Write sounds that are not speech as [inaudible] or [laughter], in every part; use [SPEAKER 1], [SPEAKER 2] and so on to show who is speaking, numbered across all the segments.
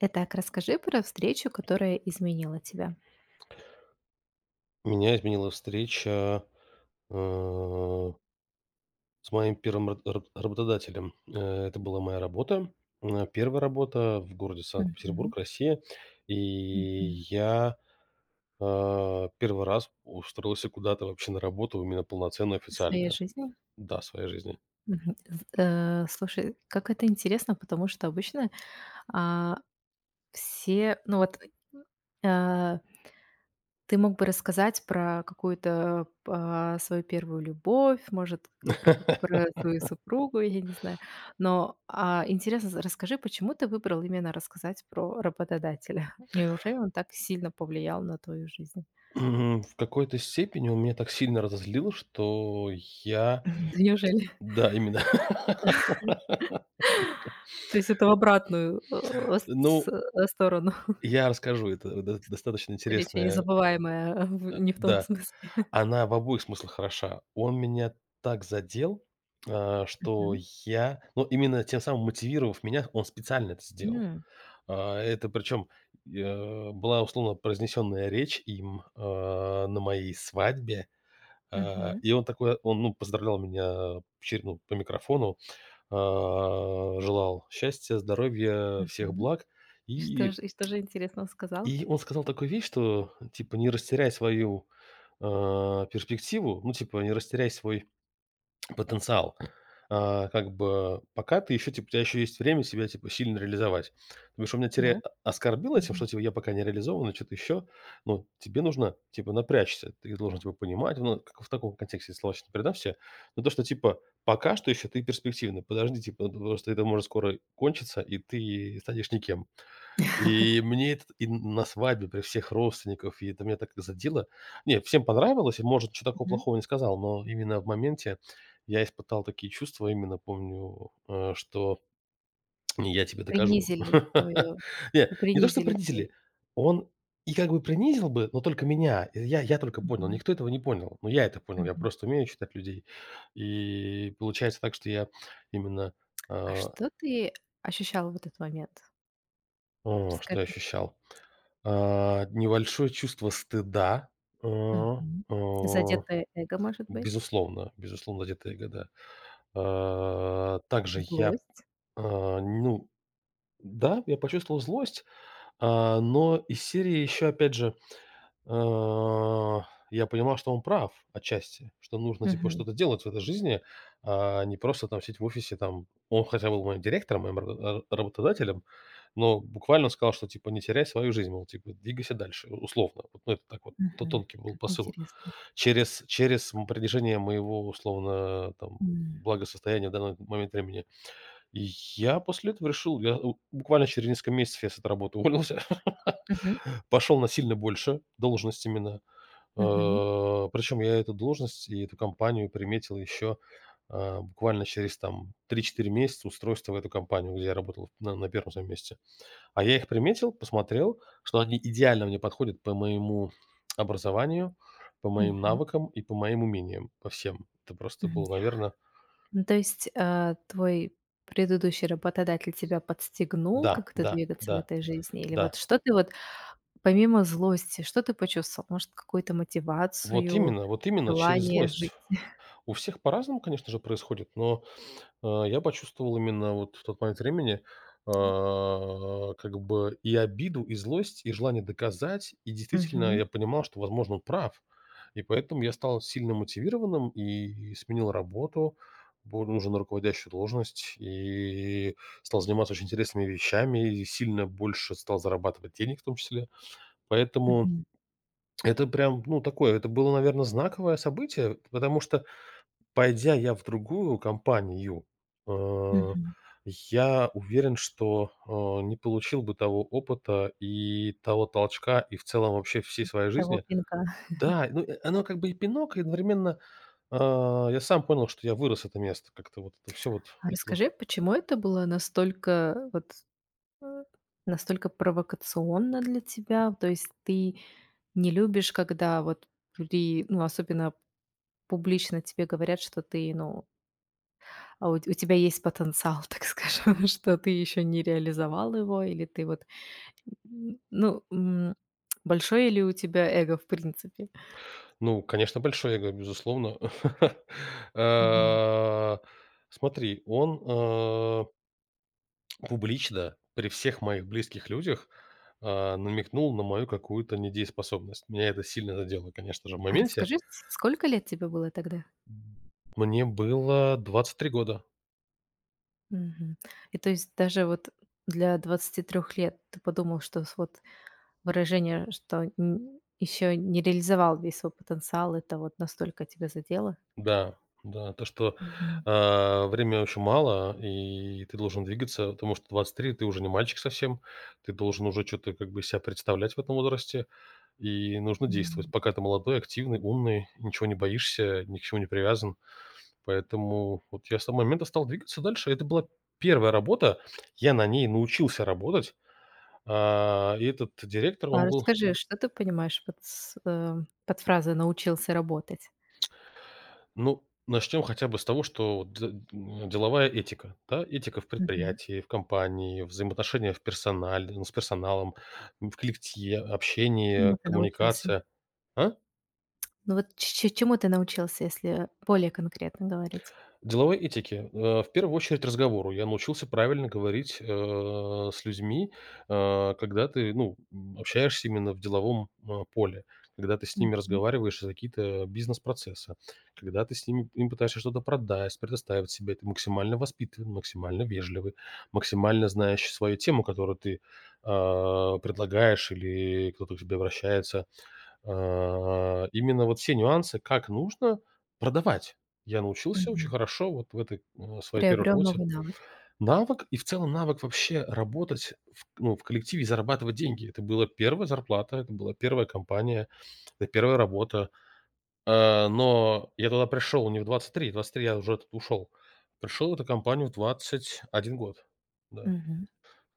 [SPEAKER 1] Итак, расскажи про встречу, которая изменила тебя.
[SPEAKER 2] Меня изменила встреча, э, с моим первым работодателем. Это была моя работа, первая работа в городе
[SPEAKER 1] Мгм.
[SPEAKER 2] Санкт-Петербург, Россия. И
[SPEAKER 1] Мгм.
[SPEAKER 2] я, первый раз устроился куда-то вообще на работу, именно полноценную,
[SPEAKER 1] В своей
[SPEAKER 2] официальную.
[SPEAKER 1] жизни.
[SPEAKER 2] Да, в своей жизни.
[SPEAKER 1] Мгм. Слушай, как это интересно, потому что обычно, а, все, ну вот, э, ты мог бы рассказать про какую-то, свою первую любовь, может, к про
[SPEAKER 2] [laughs]
[SPEAKER 1] свою супругу, я не знаю. Но, интересно, з расскажи, почему ты выбрал именно рассказать про работодателя? [laughs] Неужели он так сильно повлиял на твою жизнь?
[SPEAKER 2] М, в какой-то степени он меня так сильно разозлил, что
[SPEAKER 1] [laughs]
[SPEAKER 2] я.
[SPEAKER 1] Да неужели?
[SPEAKER 2] Да, именно. [laughs]
[SPEAKER 1] То есть это в обратную,
[SPEAKER 2] Ну,
[SPEAKER 1] сторону. [laughs]
[SPEAKER 2] я расскажу, это до достаточно
[SPEAKER 1] Встреча
[SPEAKER 2] интересная,
[SPEAKER 1] незабываемая, в не в том
[SPEAKER 2] да.
[SPEAKER 1] смысле.
[SPEAKER 2] Она в обоих смыслах хороша. Он меня так задел, что
[SPEAKER 1] Мгм.
[SPEAKER 2] я, ну, именно тем самым мотивировав меня, он специально это сделал.
[SPEAKER 1] М.
[SPEAKER 2] А, это причем, была условно произнесенная речь им, а, на моей свадьбе. А,
[SPEAKER 1] Мгм.
[SPEAKER 2] и он такой, он, ну, поздравлял меня чер, ну, по микрофону, желал счастья, здоровья, всех
[SPEAKER 1] Мгм.
[SPEAKER 2] благ.
[SPEAKER 1] И что
[SPEAKER 2] И
[SPEAKER 1] же и что же интересного сказал?
[SPEAKER 2] и он сказал такую вещь, что типа: "Не растеряй свою, а, перспективу". Ну, типа, не растеряй свой потенциал. А, как бы пока ты еще, типа, у тебя еще есть время себя, типа, сильно реализовать. Потому что меня
[SPEAKER 1] Да.
[SPEAKER 2] теперь оскорбило этим,
[SPEAKER 1] Мгм.
[SPEAKER 2] что, типа, я пока не реализован, и что-то еще. Но тебе нужно, типа, напрячься. Ты должен, типа, понимать, ну, как в таком контексте слова сейчас не передам все. Но то, что, типа, пока что еще ты перспективный. Подожди, типа, ну, потому что это может скоро кончиться, и ты станешь никем. И мне это и на свадьбе при всех родственников, и это меня так задело. Не, всем понравилось, и, может, ничего такого
[SPEAKER 1] Мгм.
[SPEAKER 2] плохого не сказал, но именно в моменте я испытал такие чувства, именно помню, что не, я тебе докажу. [laughs]
[SPEAKER 1] Принизили твою,
[SPEAKER 2] Не, не то, что
[SPEAKER 1] принизили твои
[SPEAKER 2] принизили, он и как бы принизил бы, но только меня. И я только понял,
[SPEAKER 1] Мгм.
[SPEAKER 2] никто этого не понял. Но я это понял, я
[SPEAKER 1] Мгм.
[SPEAKER 2] просто умею читать людей. И получается так, что я именно...
[SPEAKER 1] А
[SPEAKER 2] э,
[SPEAKER 1] что ты ощущал в этот момент?
[SPEAKER 2] о, что я
[SPEAKER 1] Расскажи.
[SPEAKER 2] ощущал? А, небольшое чувство стыда, э,
[SPEAKER 1] Мгм.
[SPEAKER 2] э,
[SPEAKER 1] Задетое эго, может быть?
[SPEAKER 2] безусловно, безусловно, где-то года. А, также я,
[SPEAKER 1] Злость?
[SPEAKER 2] а, ну да, я почувствовал злость, а, но из серии еще, опять же. Э, я понимал, что он прав отчасти, что нужно, типа,
[SPEAKER 1] Мгм.
[SPEAKER 2] что-то делать в этой жизни, а не просто там сидеть в офисе, там. Он хотя был моим директором, моим ра ра работодателем, но буквально он сказал, что, типа, не теряй свою жизнь, мол, типа, двигайся дальше, условно. Вот, ну, это так вот, то
[SPEAKER 1] Мгм.
[SPEAKER 2] тонкий был
[SPEAKER 1] Как
[SPEAKER 2] посыл.
[SPEAKER 1] интересно.
[SPEAKER 2] Через м принижение моего, условно, там,
[SPEAKER 1] М.
[SPEAKER 2] благосостояния в данный момент времени. И я после этого решил, я у буквально через несколько месяцев я с этой работы уволился,
[SPEAKER 1] Мгм.
[SPEAKER 2] [laughs] пошел на сильно больше, должность именно.
[SPEAKER 1] Мгм.
[SPEAKER 2] Э, причем я эту должность и эту компанию приметил еще, буквально через там три-четыре месяца устройства в эту компанию, где я работал на 1 своем месте. А я их приметил, посмотрел, что они идеально мне подходят по моему образованию, по моим
[SPEAKER 1] Мгм.
[SPEAKER 2] навыкам и по моим умениям, по всем. Это просто
[SPEAKER 1] Мгм.
[SPEAKER 2] было, наверное.
[SPEAKER 1] Ну, то есть, твой предыдущий работодатель тебя подстегнул
[SPEAKER 2] Да,
[SPEAKER 1] как-то
[SPEAKER 2] да,
[SPEAKER 1] двигаться в
[SPEAKER 2] да,
[SPEAKER 1] этой жизни? Или
[SPEAKER 2] да.
[SPEAKER 1] вот что ты вот, помимо злости, что ты почувствовал? Может, какую-то мотивацию,
[SPEAKER 2] Вот именно через
[SPEAKER 1] желание
[SPEAKER 2] злость.
[SPEAKER 1] жить? [laughs]
[SPEAKER 2] У всех по-разному, конечно же, происходит, но А, я почувствовал именно вот в тот момент времени, как бы и обиду, и злость, и желание доказать. И действительно,
[SPEAKER 1] Мгм.
[SPEAKER 2] я понимал, что, возможно, он прав. И поэтому я стал сильно мотивированным и сменил работу, был нужен руководящую должность и стал заниматься очень интересными вещами, и сильно больше стал зарабатывать денег в том числе. Поэтому
[SPEAKER 1] Мгм.
[SPEAKER 2] это прям, ну, такое, это было, наверное, знаковое событие, потому что пойдя я в другую компанию, э,
[SPEAKER 1] Мгм.
[SPEAKER 2] я уверен, что, не получил бы того опыта и того толчка, и в целом вообще всей своей
[SPEAKER 1] Того
[SPEAKER 2] жизни.
[SPEAKER 1] пинка.
[SPEAKER 2] Да, ну, оно как бы и пинок, и одновременно, я сам понял, что я вырос это место. Как-то вот это все вот
[SPEAKER 1] А
[SPEAKER 2] зла.
[SPEAKER 1] расскажи, почему это было настолько вот, э, настолько провокационно для тебя? То есть ты не любишь, когда вот при ну, особенно публично тебе говорят, что ты, ну, А у тебя есть потенциал, [laughs] так скажем, что ты еще не реализовал его, или ты вот, н ну, большое ли у тебя эго в принципе?
[SPEAKER 2] Ну, конечно, большое я говорю безусловно. [laughs]
[SPEAKER 1] Мгм.
[SPEAKER 2] А, смотри, он, публично при всех моих близких людях, намекнул на мою какую-то недееспособность. Меня это сильно задело, конечно же, в
[SPEAKER 1] А
[SPEAKER 2] моменте.
[SPEAKER 1] расскажи, с сколько лет тебе было тогда?
[SPEAKER 2] Мне было 23 года.
[SPEAKER 1] Мгм. И то есть даже вот для 23 лет ты подумал, что с вот выражение, что еще не реализовал весь свой потенциал, это вот настолько тебя задело?
[SPEAKER 2] Да, да, то, что,
[SPEAKER 1] Мгм.
[SPEAKER 2] время очень мало, и ты должен двигаться, потому что 23 ты уже не мальчик совсем, ты должен уже что то как бы себя представлять в этом возрасте, и нужно действовать,
[SPEAKER 1] М.
[SPEAKER 2] пока ты молодой, активный, умный, ничего не боишься, ни к чему не привязан. Поэтому вот я с того момента стал двигаться дальше. Это была первая работа. Я на ней научился работать. А, и этот директор,
[SPEAKER 1] А
[SPEAKER 2] он был.
[SPEAKER 1] расскажи, что ты понимаешь под фразой «научился работать»?
[SPEAKER 2] Ну, начнем хотя бы с того, что вот д, м, деловая этика, да. Этика в предприятии, в компании, взаимоотношения в персонале, ну, с персоналом, в коллективе, общение,
[SPEAKER 1] Чему ты научился?
[SPEAKER 2] коммуникация. А?
[SPEAKER 1] Ну вот ч ч чему ты научился, если более конкретно говорить?
[SPEAKER 2] Деловой этике. Э, в первую очередь разговору. Я научился правильно говорить, с людьми, когда ты, ну, общаешься именно в деловом, поле, когда ты с ними
[SPEAKER 1] Мгм,
[SPEAKER 2] разговариваешь за какие-то бизнес-процессы, когда ты с ними им пытаешься что-то продать, предоставить себя. Ты максимально воспитан, максимально вежливый, максимально знающий свою тему, которую ты, предлагаешь или кто-то к тебе обращается. А, именно вот все нюансы, как нужно продавать. Я научился очень
[SPEAKER 1] мгм.
[SPEAKER 2] хорошо вот в этой, своей первой
[SPEAKER 1] Приобрел
[SPEAKER 2] работе.
[SPEAKER 1] новый навык.
[SPEAKER 2] Навык и в целом навык вообще работать в, ну, в коллективе и зарабатывать деньги. Это была первая зарплата, это была первая компания, это 1 работа. А, но я туда пришел не в 23, в 23 я уже оттуда ушел. Пришел в эту компанию в 21 год. Да,
[SPEAKER 1] Мгм.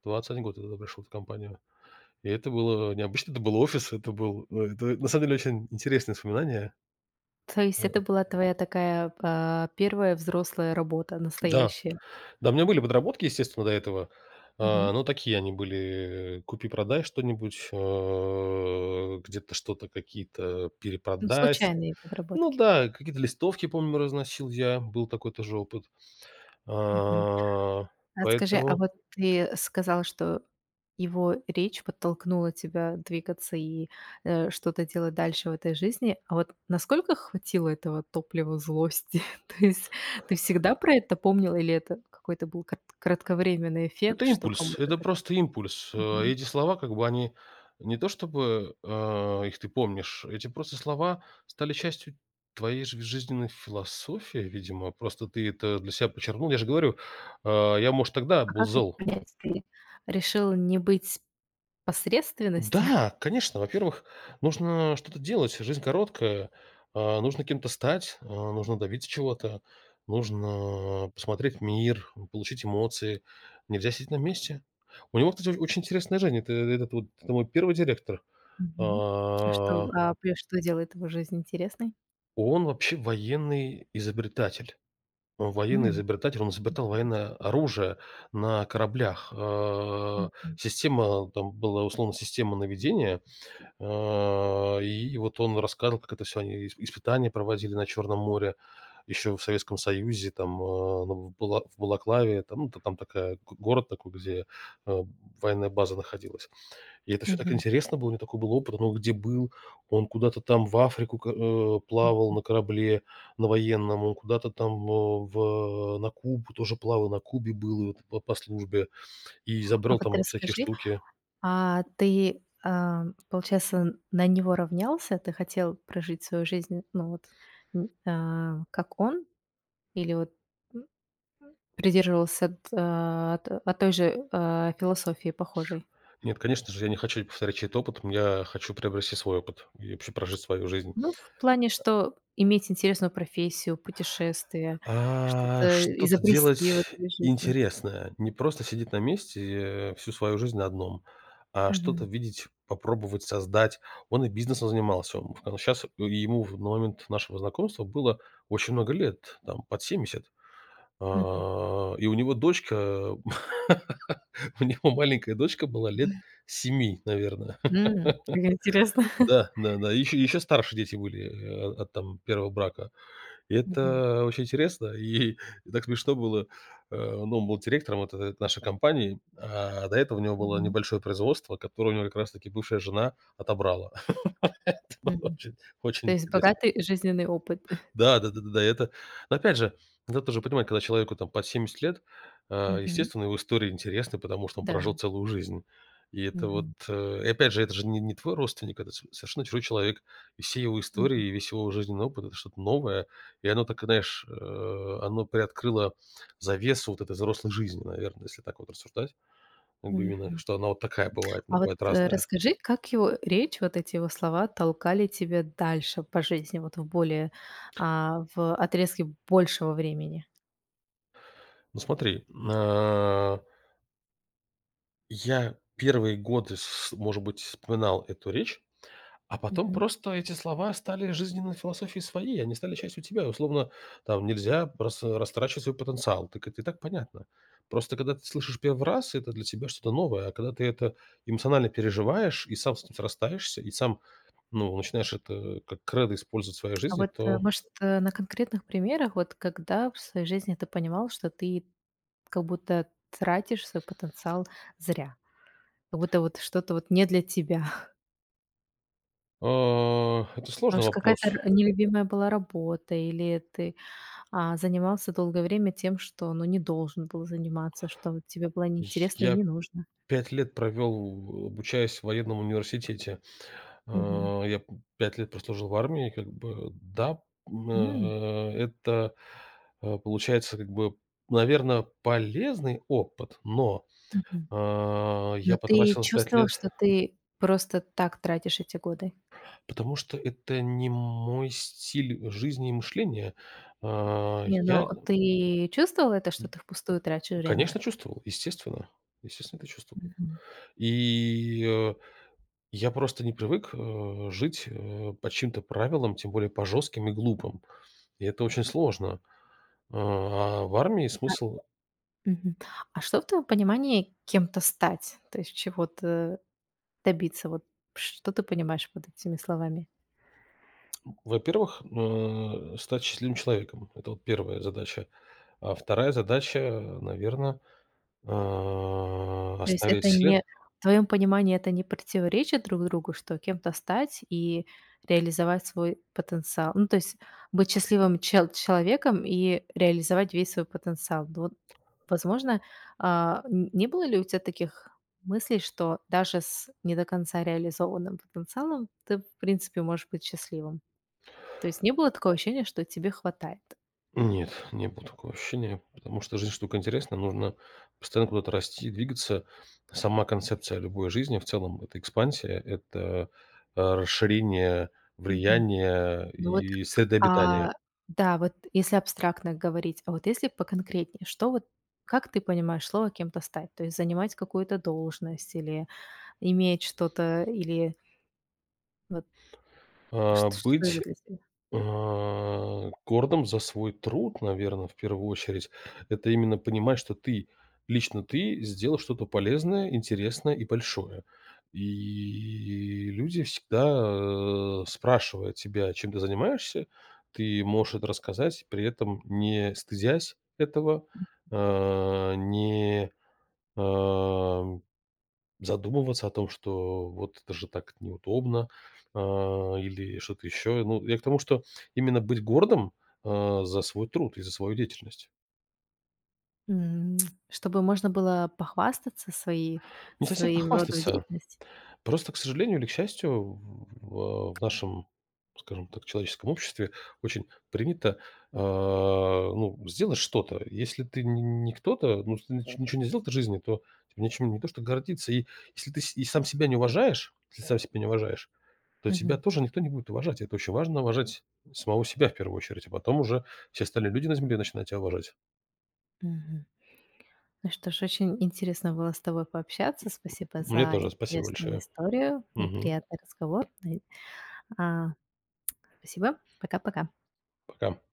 [SPEAKER 2] в 21 год я туда пришел, в эту компанию. И это было необычно, это был офис, это был, это на самом деле очень интересное воспоминание.
[SPEAKER 1] То есть
[SPEAKER 2] Э,
[SPEAKER 1] это была твоя такая, 1 взрослая работа
[SPEAKER 2] да,
[SPEAKER 1] настоящая?
[SPEAKER 2] да, у меня были подработки, естественно, до этого. А,
[SPEAKER 1] Мгм.
[SPEAKER 2] но такие они были: э, купи-продай что-нибудь, э, где-то что-то, какие-то
[SPEAKER 1] Ну,
[SPEAKER 2] перепродай.
[SPEAKER 1] случайные
[SPEAKER 2] Ну
[SPEAKER 1] подработки.
[SPEAKER 2] да, какие-то листовки, помню, разносил я, был такой тоже опыт. А,
[SPEAKER 1] А скажи, а
[SPEAKER 2] поэтому.
[SPEAKER 1] вот ты сказала, что его речь подтолкнула тебя двигаться и, что-то делать дальше в этой жизни. А вот насколько хватило этого топлива злости? [laughs] То есть ты всегда про это помнила или это какой-то был кратковременный
[SPEAKER 2] Это
[SPEAKER 1] эффект, что
[SPEAKER 2] импульс,
[SPEAKER 1] кому-то
[SPEAKER 2] это
[SPEAKER 1] так
[SPEAKER 2] просто импульс. Э,
[SPEAKER 1] Мгм.
[SPEAKER 2] эти слова, как бы они не то чтобы, а, их ты помнишь, эти просто слова стали частью твоей жи жизненной философии, видимо. Просто ты это для себя почерпнул. Я же говорю, я, может, тогда
[SPEAKER 1] А
[SPEAKER 2] был
[SPEAKER 1] как это
[SPEAKER 2] зол.
[SPEAKER 1] понять? Ты решила не быть посредственностью?
[SPEAKER 2] Да,
[SPEAKER 1] [laughs]
[SPEAKER 2] конечно. Во-первых, нужно что-то делать. Жизнь короткая. А, нужно кем-то стать, а, нужно добиться чего-то, нужно посмотреть мир, получить эмоции. Нельзя сидеть на месте. У него, кстати, очень интересная жизнь. Это этот вот это мой первый директор.
[SPEAKER 1] Мгм. А что,
[SPEAKER 2] А,
[SPEAKER 1] а, пе что делает его жизнь интересной?
[SPEAKER 2] он вообще военный изобретатель. Он военный
[SPEAKER 1] М,
[SPEAKER 2] изобретатель, он изобретал
[SPEAKER 1] интересно.
[SPEAKER 2] военное оружие на кораблях. А,
[SPEAKER 1] Мгм.
[SPEAKER 2] система, там была условно система наведения. И вот он рассказывал, как это все они исп испытания проводили на Черном море еще в Советском Союзе, там, а, ну, в Бала в Балаклаве, там, ну, т- там такая го город такой, где, а, военная база находилась. И это все так
[SPEAKER 1] Мгм.
[SPEAKER 2] интересно было, у него такой был опыт, он где был, он куда-то там в Африку к, э, плавал на корабле, на военном, он куда-то там, в на Кубу тоже плавал, на Кубе был вот по службе и
[SPEAKER 1] А
[SPEAKER 2] изобрел
[SPEAKER 1] вот
[SPEAKER 2] там всякие
[SPEAKER 1] расскажи
[SPEAKER 2] штуки.
[SPEAKER 1] А ты, получается, на него равнялся? Ты хотел прожить свою жизнь, ну вот, как он? Или вот м, придерживался той же философии похожей?
[SPEAKER 2] Нет, конечно же, я не хочу повторять чей-то опыт, я хочу приобрести свой опыт и вообще прожить свою жизнь.
[SPEAKER 1] Ну, в плане, что иметь интересную профессию, путешествие,
[SPEAKER 2] А,
[SPEAKER 1] что-то
[SPEAKER 2] что-то делать
[SPEAKER 1] изобрести в этой жизни.
[SPEAKER 2] интересное, не просто сидеть на месте, всю свою жизнь на одном, а что-то
[SPEAKER 1] Мгм.
[SPEAKER 2] видеть, попробовать создать. Он и бизнесом занимался. Сейчас ему в- на момент нашего знакомства было очень много лет, там под 70.
[SPEAKER 1] Мгм.
[SPEAKER 2] А, и у него дочка, [laughs] у него маленькая дочка была лет 7, наверное.
[SPEAKER 1] М, как интересно. [laughs]
[SPEAKER 2] Да, да-да, еще еще старше дети были, от там первого брака. И
[SPEAKER 1] Мгм.
[SPEAKER 2] это очень интересно, и так смешно было. Э, ну, он был директором вот этой нашей компании, а до этого у него было
[SPEAKER 1] Мгм.
[SPEAKER 2] небольшое производство, которое у него как раз таки бывшая жена отобрала. [laughs] Это было
[SPEAKER 1] Мгм.
[SPEAKER 2] очень
[SPEAKER 1] То
[SPEAKER 2] очень
[SPEAKER 1] есть
[SPEAKER 2] интересно.
[SPEAKER 1] богатый жизненный опыт. [laughs]
[SPEAKER 2] Да, да-да-да-да. Это, но опять же, надо тоже понимать, когда человеку там под 70 лет,
[SPEAKER 1] Мгм.
[SPEAKER 2] естественно, его история интересна, потому что он
[SPEAKER 1] Да.
[SPEAKER 2] прожил целую жизнь. И это вот,
[SPEAKER 1] Мгм.
[SPEAKER 2] и опять же, это же не, не твой родственник, это с- совершенно чужой человек. И все его истории, и весь его жизненный опыт — это что-то новое. И оно так, знаешь, оно приоткрыло завесу вот этой взрослой жизни, наверное, если так вот рассуждать. Как бы именно,
[SPEAKER 1] Мгм.
[SPEAKER 2] что она вот такая бывает,
[SPEAKER 1] А
[SPEAKER 2] она
[SPEAKER 1] вот,
[SPEAKER 2] бывает разная.
[SPEAKER 1] расскажи, как его речь, вот эти его слова толкали тебя дальше по жизни, вот в более, в отрезке большего времени?
[SPEAKER 2] Ну смотри, а, я первые годы, с- может быть, вспоминал эту речь. А потом
[SPEAKER 1] Мгм.
[SPEAKER 2] просто эти слова стали жизненной философией своей, они стали частью тебя. Условно, там нельзя просто растрачивать свой потенциал. Так это и так понятно. Просто когда ты слышишь первый раз, это для тебя что-то новое, а когда ты это эмоционально переживаешь и сам с этим срастаешься, и сам, ну, начинаешь это как кредо использовать в своей
[SPEAKER 1] А
[SPEAKER 2] жизни,
[SPEAKER 1] вот,
[SPEAKER 2] то,
[SPEAKER 1] может, на конкретных примерах, вот когда в своей жизни ты понимал, что ты как будто тратишь свой потенциал зря, как будто вот что-то вот не для тебя. [laughs]
[SPEAKER 2] это сложный
[SPEAKER 1] Может, какая-то
[SPEAKER 2] вопрос.
[SPEAKER 1] р нелюбимая была работа или ты, занимался долгое время тем, что, ну, не должен был заниматься, что вот тебе было неинтересно и
[SPEAKER 2] Я
[SPEAKER 1] не нужно?
[SPEAKER 2] 5 лет провел, обучаясь в военном университете.
[SPEAKER 1] Мгм.
[SPEAKER 2] А, я п 5 лет прослужил в армии, как бы, да,
[SPEAKER 1] М,
[SPEAKER 2] это, получается, как бы, наверное, полезный опыт, но,
[SPEAKER 1] мгм.
[SPEAKER 2] я
[SPEAKER 1] Но ты
[SPEAKER 2] потратил 5
[SPEAKER 1] чувствовал,
[SPEAKER 2] лет,
[SPEAKER 1] что ты просто так тратишь эти годы?
[SPEAKER 2] потому что это не мой стиль жизни и мышления. А,
[SPEAKER 1] Не,
[SPEAKER 2] я,
[SPEAKER 1] но ты чувствовал это, что ты впустую тратишь время?
[SPEAKER 2] конечно, чувствовал, естественно, естественно, это чувствовал.
[SPEAKER 1] Мгм.
[SPEAKER 2] И, я просто не привык, жить, по чьим-то правилам, тем более по жестким и глупым. И это очень сложно. А в армии
[SPEAKER 1] А
[SPEAKER 2] смысл,
[SPEAKER 1] мгм. А что в твоем понимании кем-то стать? То есть чего-то добиться? Вот что ты понимаешь под этими словами?
[SPEAKER 2] во-первых, стать счастливым человеком. Это вот первая задача. А 2 задача, наверное,
[SPEAKER 1] То есть
[SPEAKER 2] оставить
[SPEAKER 1] это
[SPEAKER 2] след.
[SPEAKER 1] не в твоем понимании это не противоречит друг другу, что кем-то стать и реализовать свой потенциал? Ну, то есть быть счастливым человеком и реализовать весь свой потенциал. Ну вот, возможно, н не было ли у тебя таких мыслей, что даже с не до конца реализованным потенциалом ты, в принципе, можешь быть счастливым? То есть не было такого ощущения, что тебе хватает?
[SPEAKER 2] Нет, не было такого ощущения, потому что жизнь штука интересная, нужно постоянно куда-то расти, двигаться. Сама концепция любой жизни в целом — это экспансия, это, расширение влияния
[SPEAKER 1] Ну вот,
[SPEAKER 2] и среды
[SPEAKER 1] а,
[SPEAKER 2] обитания.
[SPEAKER 1] да, вот если абстрактно говорить, а вот если поконкретнее, что вот как ты понимаешь слово «кем-то стать»? То есть занимать какую-то должность или иметь что-то, или вот
[SPEAKER 2] А,
[SPEAKER 1] чт что
[SPEAKER 2] быть
[SPEAKER 1] это для тебя?
[SPEAKER 2] А, гордым за свой труд, наверное, в первую очередь. Это именно понимать, что ты, лично ты, сделал что-то полезное, интересное и большое. И люди всегда, спрашивая тебя, чем ты занимаешься, ты можешь это рассказать, при этом не стыдясь этого, а, не, а задумываться о том, что вот это же так неудобно, или что-то еще. Ну, я к тому, что именно быть гордым, за свой труд и за свою деятельность.
[SPEAKER 1] М, чтобы можно было похвастаться своей
[SPEAKER 2] Не совсем
[SPEAKER 1] своим родом
[SPEAKER 2] похвастаться,
[SPEAKER 1] деятельности?
[SPEAKER 2] просто, к сожалению или к счастью, в нашем, скажем так, человеческом обществе очень принято, а, ну, сделать что-то. Если ты н не кто-то, ну, ты нич ничего не сделал в жизни, то тебе нечем не то что гордиться. И если ты с и сам себя не уважаешь, если сам себя не уважаешь, то тебя
[SPEAKER 1] Мгм,
[SPEAKER 2] тоже никто не будет уважать. Это очень важно — уважать самого себя в первую очередь, а потом уже все остальные люди на земле начинают тебя уважать.
[SPEAKER 1] мгм. Ну что ж, очень интересно было с тобой пообщаться. Спасибо
[SPEAKER 2] Мне
[SPEAKER 1] за
[SPEAKER 2] тоже спасибо
[SPEAKER 1] интересную
[SPEAKER 2] большое.
[SPEAKER 1] историю и
[SPEAKER 2] Мгм.
[SPEAKER 1] приятный разговор. А, спасибо. Пока-пока.
[SPEAKER 2] Пока.